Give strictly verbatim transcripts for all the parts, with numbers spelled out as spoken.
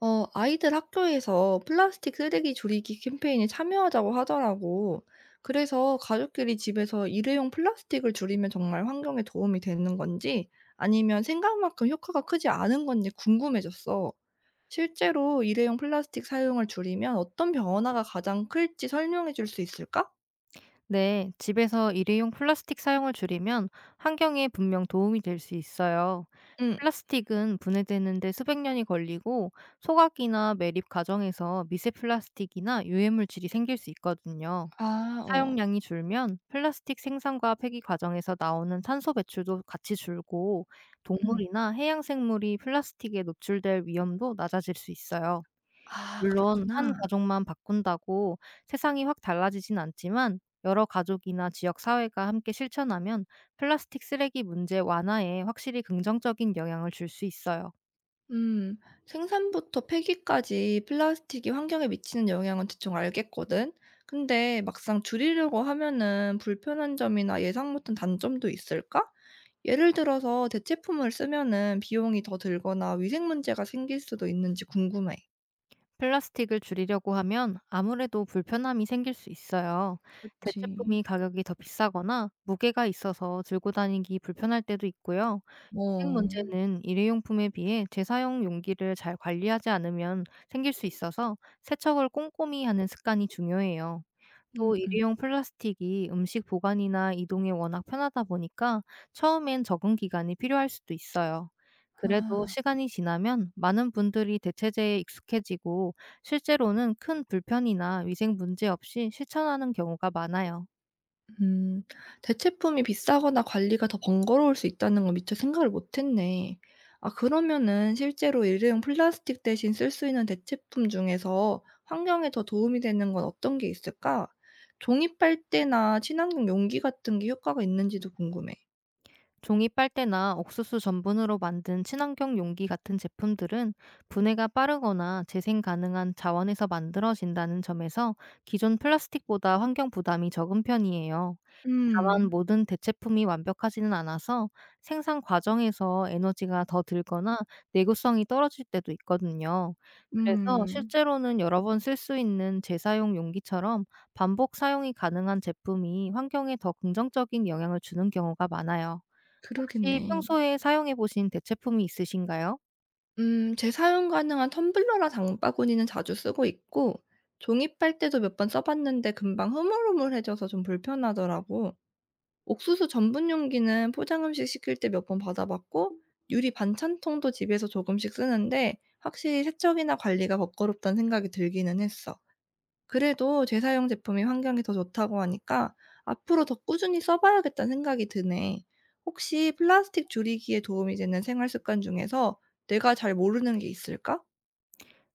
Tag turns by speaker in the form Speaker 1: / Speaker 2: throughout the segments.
Speaker 1: 어, 아이들 학교에서 플라스틱 쓰레기 줄이기 캠페인에 참여하자고 하더라고. 그래서 가족끼리 집에서 일회용 플라스틱을 줄이면 정말 환경에 도움이 되는 건지 아니면 생각만큼 효과가 크지 않은 건지 궁금해졌어. 실제로 일회용 플라스틱 사용을 줄이면 어떤 변화가 가장 클지 설명해 줄 수 있을까?
Speaker 2: 네, 집에서 일회용 플라스틱 사용을 줄이면 환경에 분명 도움이 될 수 있어요.
Speaker 1: 응.
Speaker 2: 플라스틱은 분해되는데 수백 년이 걸리고 소각이나 매립 과정에서 미세 플라스틱이나 유해물질이 생길 수 있거든요.
Speaker 1: 아, 어.
Speaker 2: 사용량이 줄면 플라스틱 생산과 폐기 과정에서 나오는 탄소 배출도 같이 줄고
Speaker 1: 응.
Speaker 2: 동물이나 해양 생물이 플라스틱에 노출될 위험도 낮아질 수 있어요.
Speaker 1: 아,
Speaker 2: 물론 한
Speaker 1: 그렇구나.
Speaker 2: 가족만 바꾼다고 세상이 확 달라지진 않지만 여러 가족이나 지역 사회가 함께 실천하면 플라스틱 쓰레기 문제 완화에 확실히 긍정적인 영향을 줄 수 있어요.
Speaker 1: 음, 생산부터 폐기까지 플라스틱이 환경에 미치는 영향은 대충 알겠거든. 근데 막상 줄이려고 하면은 불편한 점이나 예상 못한 단점도 있을까? 예를 들어서 대체품을 쓰면은 비용이 더 들거나 위생 문제가 생길 수도 있는지 궁금해.
Speaker 2: 플라스틱을 줄이려고 하면 아무래도 불편함이 생길 수 있어요.
Speaker 1: 그치.
Speaker 2: 대체품이 가격이 더 비싸거나 무게가 있어서 들고 다니기 불편할 때도 있고요. 위생
Speaker 1: 어.
Speaker 2: 문제는 일회용품에 비해 재사용 용기를 잘 관리하지 않으면 생길 수 있어서 세척을 꼼꼼히 하는 습관이 중요해요.
Speaker 1: 음,
Speaker 2: 또
Speaker 1: 음.
Speaker 2: 일회용 플라스틱이 음식 보관이나 이동에 워낙 편하다 보니까 처음엔 적응 기간이 필요할 수도 있어요. 그래도
Speaker 1: 아.
Speaker 2: 시간이 지나면 많은 분들이 대체재에 익숙해지고 실제로는 큰 불편이나 위생 문제 없이 실천하는 경우가 많아요.
Speaker 1: 음. 대체품이 비싸거나 관리가 더 번거로울 수 있다는 건 미처 생각을 못 했네. 아, 그러면은 실제로 일회용 플라스틱 대신 쓸 수 있는 대체품 중에서 환경에 더 도움이 되는 건 어떤 게 있을까? 종이 빨대나 친환경 용기 같은 게 효과가 있는지도 궁금해.
Speaker 2: 종이 빨대나 옥수수 전분으로 만든 친환경 용기 같은 제품들은 분해가 빠르거나 재생 가능한 자원에서 만들어진다는 점에서 기존 플라스틱보다 환경 부담이 적은 편이에요. 다만
Speaker 1: 음.
Speaker 2: 모든 대체품이 완벽하지는 않아서 생산 과정에서 에너지가 더 들거나 내구성이 떨어질 때도 있거든요. 그래서
Speaker 1: 음.
Speaker 2: 실제로는 여러 번 쓸 수 있는 재사용 용기처럼 반복 사용이 가능한 제품이 환경에 더 긍정적인 영향을 주는 경우가 많아요. 혹시
Speaker 1: 그러겠네.
Speaker 2: 평소에 사용해 보신 대체품이 있으신가요?
Speaker 1: 음, 재사용 가능한 텀블러나 장바구니는 자주 쓰고 있고, 종이 빨대도 몇 번 써 봤는데 금방 흐물흐물해져서 좀 불편하더라고. 옥수수 전분 용기는 포장 음식 시킬 때 몇 번 받아 봤고, 유리 반찬통도 집에서 조금씩 쓰는데 확실히 세척이나 관리가 번거롭다는 생각이 들기는 했어. 그래도 재사용 제품이 환경에 더 좋다고 하니까 앞으로 더 꾸준히 써 봐야겠다는 생각이 드네. 혹시 플라스틱 줄이기에 도움이 되는 생활 습관 중에서 내가 잘 모르는 게 있을까?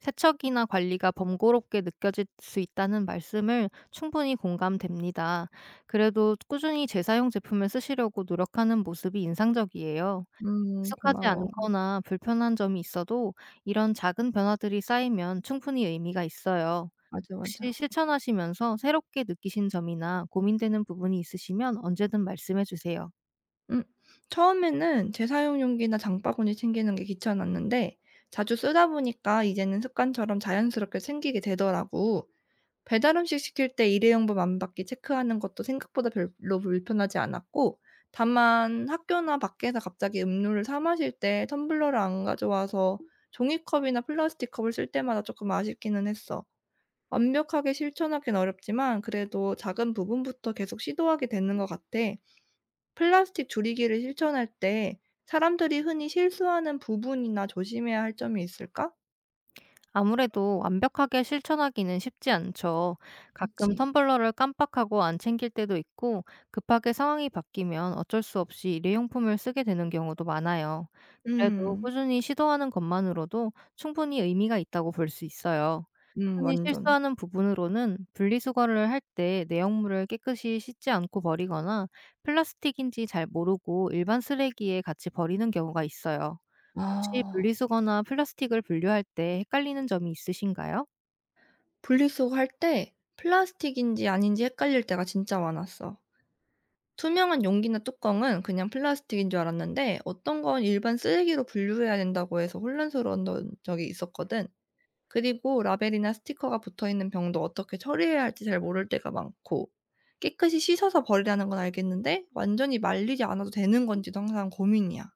Speaker 2: 세척이나 관리가 번거롭게 느껴질 수 있다는 말씀을 충분히 공감됩니다. 그래도 꾸준히 재사용 제품을 쓰시려고 노력하는 모습이 인상적이에요.
Speaker 1: 음,
Speaker 2: 익숙하지
Speaker 1: 고마워.
Speaker 2: 않거나 불편한 점이 있어도 이런 작은 변화들이 쌓이면 충분히 의미가 있어요.
Speaker 1: 맞아,
Speaker 2: 혹시
Speaker 1: 맞아.
Speaker 2: 실천하시면서 새롭게 느끼신 점이나 고민되는 부분이 있으시면 언제든 말씀해 주세요.
Speaker 1: 음. 처음에는 재사용 용기나 장바구니 챙기는 게 귀찮았는데 자주 쓰다 보니까 이제는 습관처럼 자연스럽게 챙기게 되더라고. 배달 음식 시킬 때 일회용품 안 받기 체크하는 것도 생각보다 별로 불편하지 않았고, 다만 학교나 밖에서 갑자기 음료를 사 마실 때 텀블러를 안 가져와서 종이컵이나 플라스틱 컵을 쓸 때마다 조금 아쉽기는 했어. 완벽하게 실천하긴 어렵지만 그래도 작은 부분부터 계속 시도하게 되는 것 같아. 플라스틱 줄이기를 실천할 때 사람들이 흔히 실수하는 부분이나 조심해야 할 점이 있을까?
Speaker 2: 아무래도 완벽하게 실천하기는 쉽지 않죠. 가끔
Speaker 1: 그치.
Speaker 2: 텀블러를 깜빡하고 안 챙길 때도 있고, 급하게 상황이 바뀌면 어쩔 수 없이 일회용품을 쓰게 되는 경우도 많아요. 그래도
Speaker 1: 음.
Speaker 2: 꾸준히 시도하는 것만으로도 충분히 의미가 있다고 볼 수 있어요.
Speaker 1: 음,
Speaker 2: 흔히
Speaker 1: 완전.
Speaker 2: 실수하는 부분으로는, 분리수거를 할 때 내용물을 깨끗이 씻지 않고 버리거나 플라스틱인지 잘 모르고 일반 쓰레기에 같이 버리는 경우가 있어요. 혹시
Speaker 1: 아.
Speaker 2: 분리수거나 플라스틱을 분류할 때 헷갈리는 점이 있으신가요?
Speaker 1: 분리수거 할 때 플라스틱인지 아닌지 헷갈릴 때가 진짜 많았어. 투명한 용기나 뚜껑은 그냥 플라스틱인 줄 알았는데 어떤 건 일반 쓰레기로 분류해야 된다고 해서 혼란스러웠던 적이 있었거든. 그리고 라벨이나 스티커가 붙어 있는 병도 어떻게 처리해야 할지 잘 모를 때가 많고, 깨끗이 씻어서 버리라는 건 알겠는데 완전히 말리지 않아도 되는 건지도 항상 고민이야.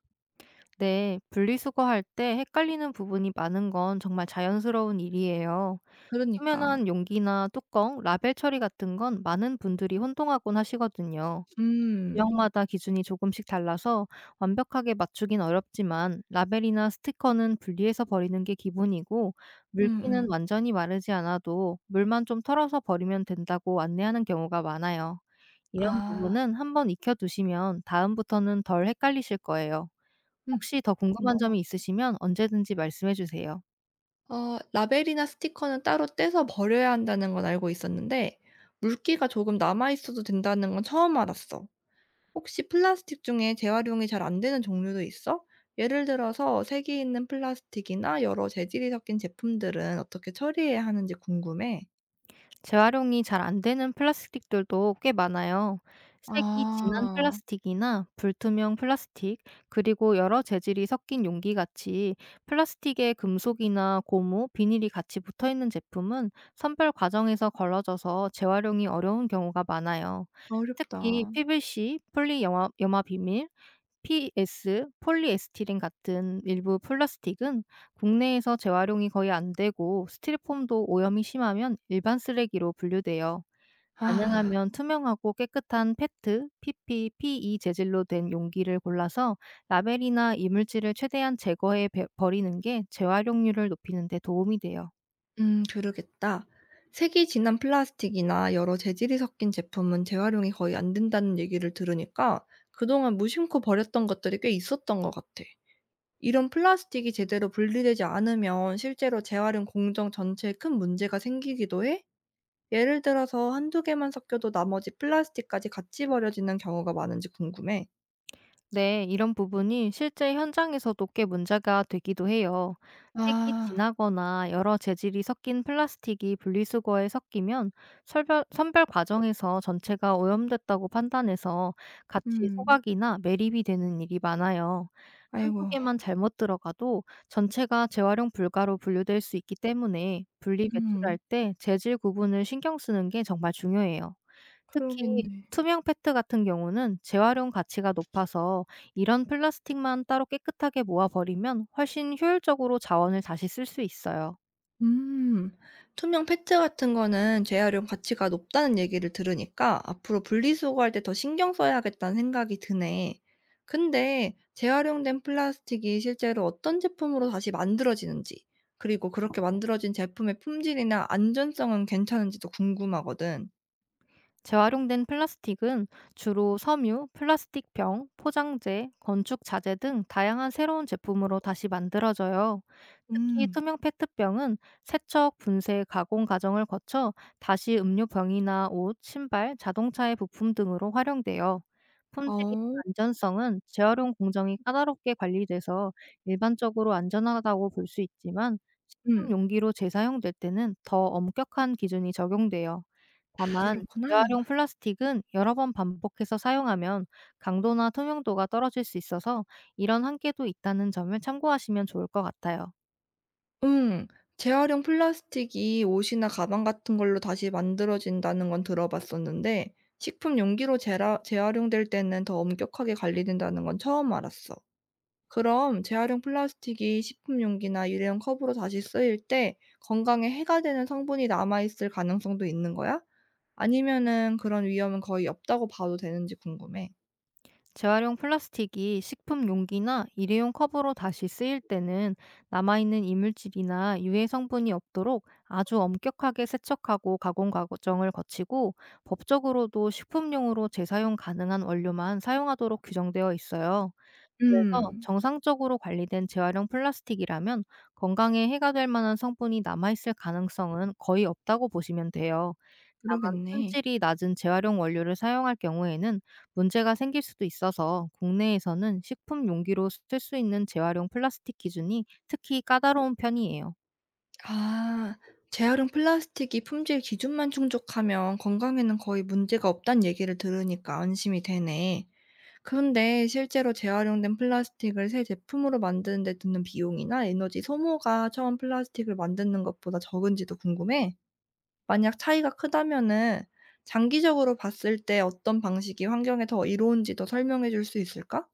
Speaker 2: 네, 분리수거할 때 헷갈리는 부분이 많은 건 정말 자연스러운 일이에요.
Speaker 1: 그러니까.
Speaker 2: 표면한 용기나 뚜껑, 라벨 처리 같은 건 많은 분들이 혼동하곤 하시거든요.
Speaker 1: 음.
Speaker 2: 지역마다 기준이 조금씩 달라서 완벽하게 맞추긴 어렵지만, 라벨이나 스티커는 분리해서 버리는 게 기본이고, 물기는
Speaker 1: 음음.
Speaker 2: 완전히 마르지 않아도 물만 좀 털어서 버리면 된다고 안내하는 경우가 많아요. 이런
Speaker 1: 아.
Speaker 2: 부분은 한번 익혀두시면 다음부터는 덜 헷갈리실 거예요.
Speaker 1: 음.
Speaker 2: 혹시 더 궁금한
Speaker 1: 고마워.
Speaker 2: 점이 있으시면 언제든지 말씀해 주세요.
Speaker 1: 어, 라벨이나 스티커는 따로 떼서 버려야 한다는 건 알고 있었는데 물기가 조금 남아 있어도 된다는 건 처음 알았어. 혹시 플라스틱 중에 재활용이 잘 안 되는 종류도 있어? 예를 들어서 색이 있는 플라스틱이나 여러 재질이 섞인 제품들은 어떻게 처리해야 하는지 궁금해.
Speaker 2: 재활용이 잘 안 되는 플라스틱들도 꽤 많아요. 색이 진한
Speaker 1: 아,
Speaker 2: 플라스틱이나 불투명 플라스틱, 그리고 여러 재질이 섞인 용기 같이 플라스틱에 금속이나 고무, 비닐이 같이 붙어 있는 제품은 선별 과정에서 걸러져서 재활용이 어려운 경우가 많아요.
Speaker 1: 어렵다.
Speaker 2: 특히 피브이씨, 폴리 염화, 염화 비닐, 피에스, 폴리에스티린 같은 일부 플라스틱은 국내에서 재활용이 거의 안 되고, 스티로폼도 오염이 심하면 일반 쓰레기로 분류돼요.
Speaker 1: 아,
Speaker 2: 가능하면 투명하고 깨끗한 페트, 피피, 피이 재질로 된 용기를 골라서 라벨이나 이물질을 최대한 제거해 버- 버리는 게 재활용률을 높이는 데 도움이 돼요.
Speaker 1: 음, 그러겠다. 색이 진한 플라스틱이나 여러 재질이 섞인 제품은 재활용이 거의 안 된다는 얘기를 들으니까 그동안 무심코 버렸던 것들이 꽤 있었던 것 같아. 이런 플라스틱이 제대로 분리되지 않으면 실제로 재활용 공정 전체에 큰 문제가 생기기도 해? 예를 들어서 한두 개만 섞여도 나머지 플라스틱까지 같이 버려지는 경우가 많은지 궁금해.
Speaker 2: 네, 이런 부분이 실제 현장에서도 꽤 문제가 되기도 해요. 색이
Speaker 1: 아.
Speaker 2: 진하거나 여러 재질이 섞인 플라스틱이 분리수거에 섞이면 설별, 선별 과정에서 전체가 오염됐다고 판단해서 같이
Speaker 1: 음.
Speaker 2: 소각이나 매립이 되는 일이 많아요. 한두
Speaker 1: 아이고.
Speaker 2: 개만 잘못 들어가도 전체가 재활용 불가로 분류될 수 있기 때문에, 분리 배출할
Speaker 1: 음.
Speaker 2: 때 재질 구분을 신경 쓰는 게 정말 중요해요. 특히
Speaker 1: 그러겠네.
Speaker 2: 투명 페트 같은 경우는 재활용 가치가 높아서, 이런 플라스틱만 따로 깨끗하게 모아 버리면 훨씬 효율적으로 자원을 다시 쓸 수 있어요.
Speaker 1: 음. 투명 페트 같은 거는 재활용 가치가 높다는 얘기를 들으니까 앞으로 분리수거할 때 더 신경 써야겠다는 생각이 드네. 근데 재활용된 플라스틱이 실제로 어떤 제품으로 다시 만들어지는지, 그리고 그렇게 만들어진 제품의 품질이나 안전성은 괜찮은지도 궁금하거든.
Speaker 2: 재활용된 플라스틱은 주로 섬유, 플라스틱 병, 포장재, 건축 자재 등 다양한 새로운 제품으로 다시 만들어져요. 특히
Speaker 1: 음.
Speaker 2: 투명 페트병은 세척, 분쇄, 가공 과정을 거쳐 다시 음료병이나 옷, 신발, 자동차의 부품 등으로 활용돼요. 품질이나
Speaker 1: 어.
Speaker 2: 안전성은 재활용 공정이 까다롭게 관리돼서 일반적으로 안전하다고 볼 수 있지만, 식품
Speaker 1: 음.
Speaker 2: 용기로 재사용될 때는 더 엄격한 기준이 적용돼요.
Speaker 1: 아,
Speaker 2: 다만
Speaker 1: 그렇구나.
Speaker 2: 재활용 플라스틱은 여러 번 반복해서 사용하면 강도나 투명도가 떨어질 수 있어서, 이런 한계도 있다는 점을 참고하시면 좋을 것 같아요.
Speaker 1: 음. 재활용 플라스틱이 옷이나 가방 같은 걸로 다시 만들어진다는 건 들어봤었는데 식품 용기로 재라 재활용될 때는 더 엄격하게 관리된다는 건 처음 알았어. 그럼 재활용 플라스틱이 식품 용기나 일회용 컵으로 다시 쓰일 때 건강에 해가 되는 성분이 남아 있을 가능성도 있는 거야? 아니면은 그런 위험은 거의 없다고 봐도 되는지 궁금해.
Speaker 2: 재활용 플라스틱이 식품 용기나 일회용 컵으로 다시 쓰일 때는 남아있는 이물질이나 유해 성분이 없도록 아주 엄격하게 세척하고 가공 과정을 거치고, 법적으로도 식품용으로 재사용 가능한 원료만 사용하도록 규정되어 있어요. 그래서
Speaker 1: 음.
Speaker 2: 정상적으로 관리된 재활용 플라스틱이라면 건강에 해가 될 만한 성분이 남아 있을 가능성은 거의 없다고 보시면 돼요. 다만
Speaker 1: 그러겠네.
Speaker 2: 품질이 낮은 재활용 원료를 사용할 경우에는 문제가 생길 수도 있어서, 국내에서는 식품 용기로 쓸 수 있는 재활용 플라스틱 기준이 특히 까다로운 편이에요.
Speaker 1: 아. 재활용 플라스틱이 품질 기준만 충족하면 건강에는 거의 문제가 없다는 얘기를 들으니까 안심이 되네. 그런데 실제로 재활용된 플라스틱을 새 제품으로 만드는 데 드는 비용이나 에너지 소모가 처음 플라스틱을 만드는 것보다 적은지도 궁금해. 만약 차이가 크다면은 장기적으로 봤을 때 어떤 방식이 환경에 더 이로운지도 설명해 줄 수 있을까?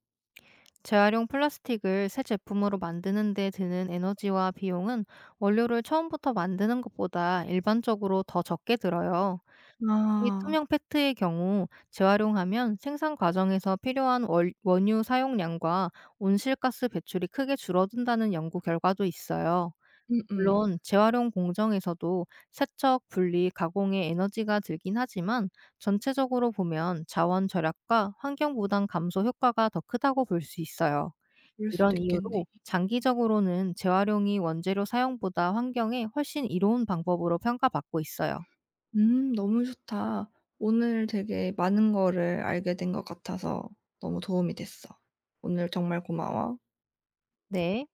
Speaker 2: 재활용 플라스틱을 새 제품으로 만드는 데 드는 에너지와 비용은 원료를 처음부터 만드는 것보다 일반적으로 더 적게 들어요. 이
Speaker 1: 아.
Speaker 2: 투명 페트의 경우 재활용하면 생산 과정에서 필요한 월, 원유 사용량과 온실가스 배출이 크게 줄어든다는 연구 결과도 있어요.
Speaker 1: 음음.
Speaker 2: 물론 재활용 공정에서도 세척, 분리, 가공에 에너지가 들긴 하지만 전체적으로 보면 자원 절약과 환경 부담 감소 효과가 더 크다고 볼 수 있어요.
Speaker 1: 그럴
Speaker 2: 이런
Speaker 1: 수도 있겠네.
Speaker 2: 이유로 장기적으로는 재활용이 원재료 사용보다 환경에 훨씬 이로운 방법으로 평가받고 있어요.
Speaker 1: 음, 너무 좋다. 오늘 되게 많은 거를 알게 된 것 같아서 너무 도움이 됐어. 오늘 정말 고마워.
Speaker 2: 네.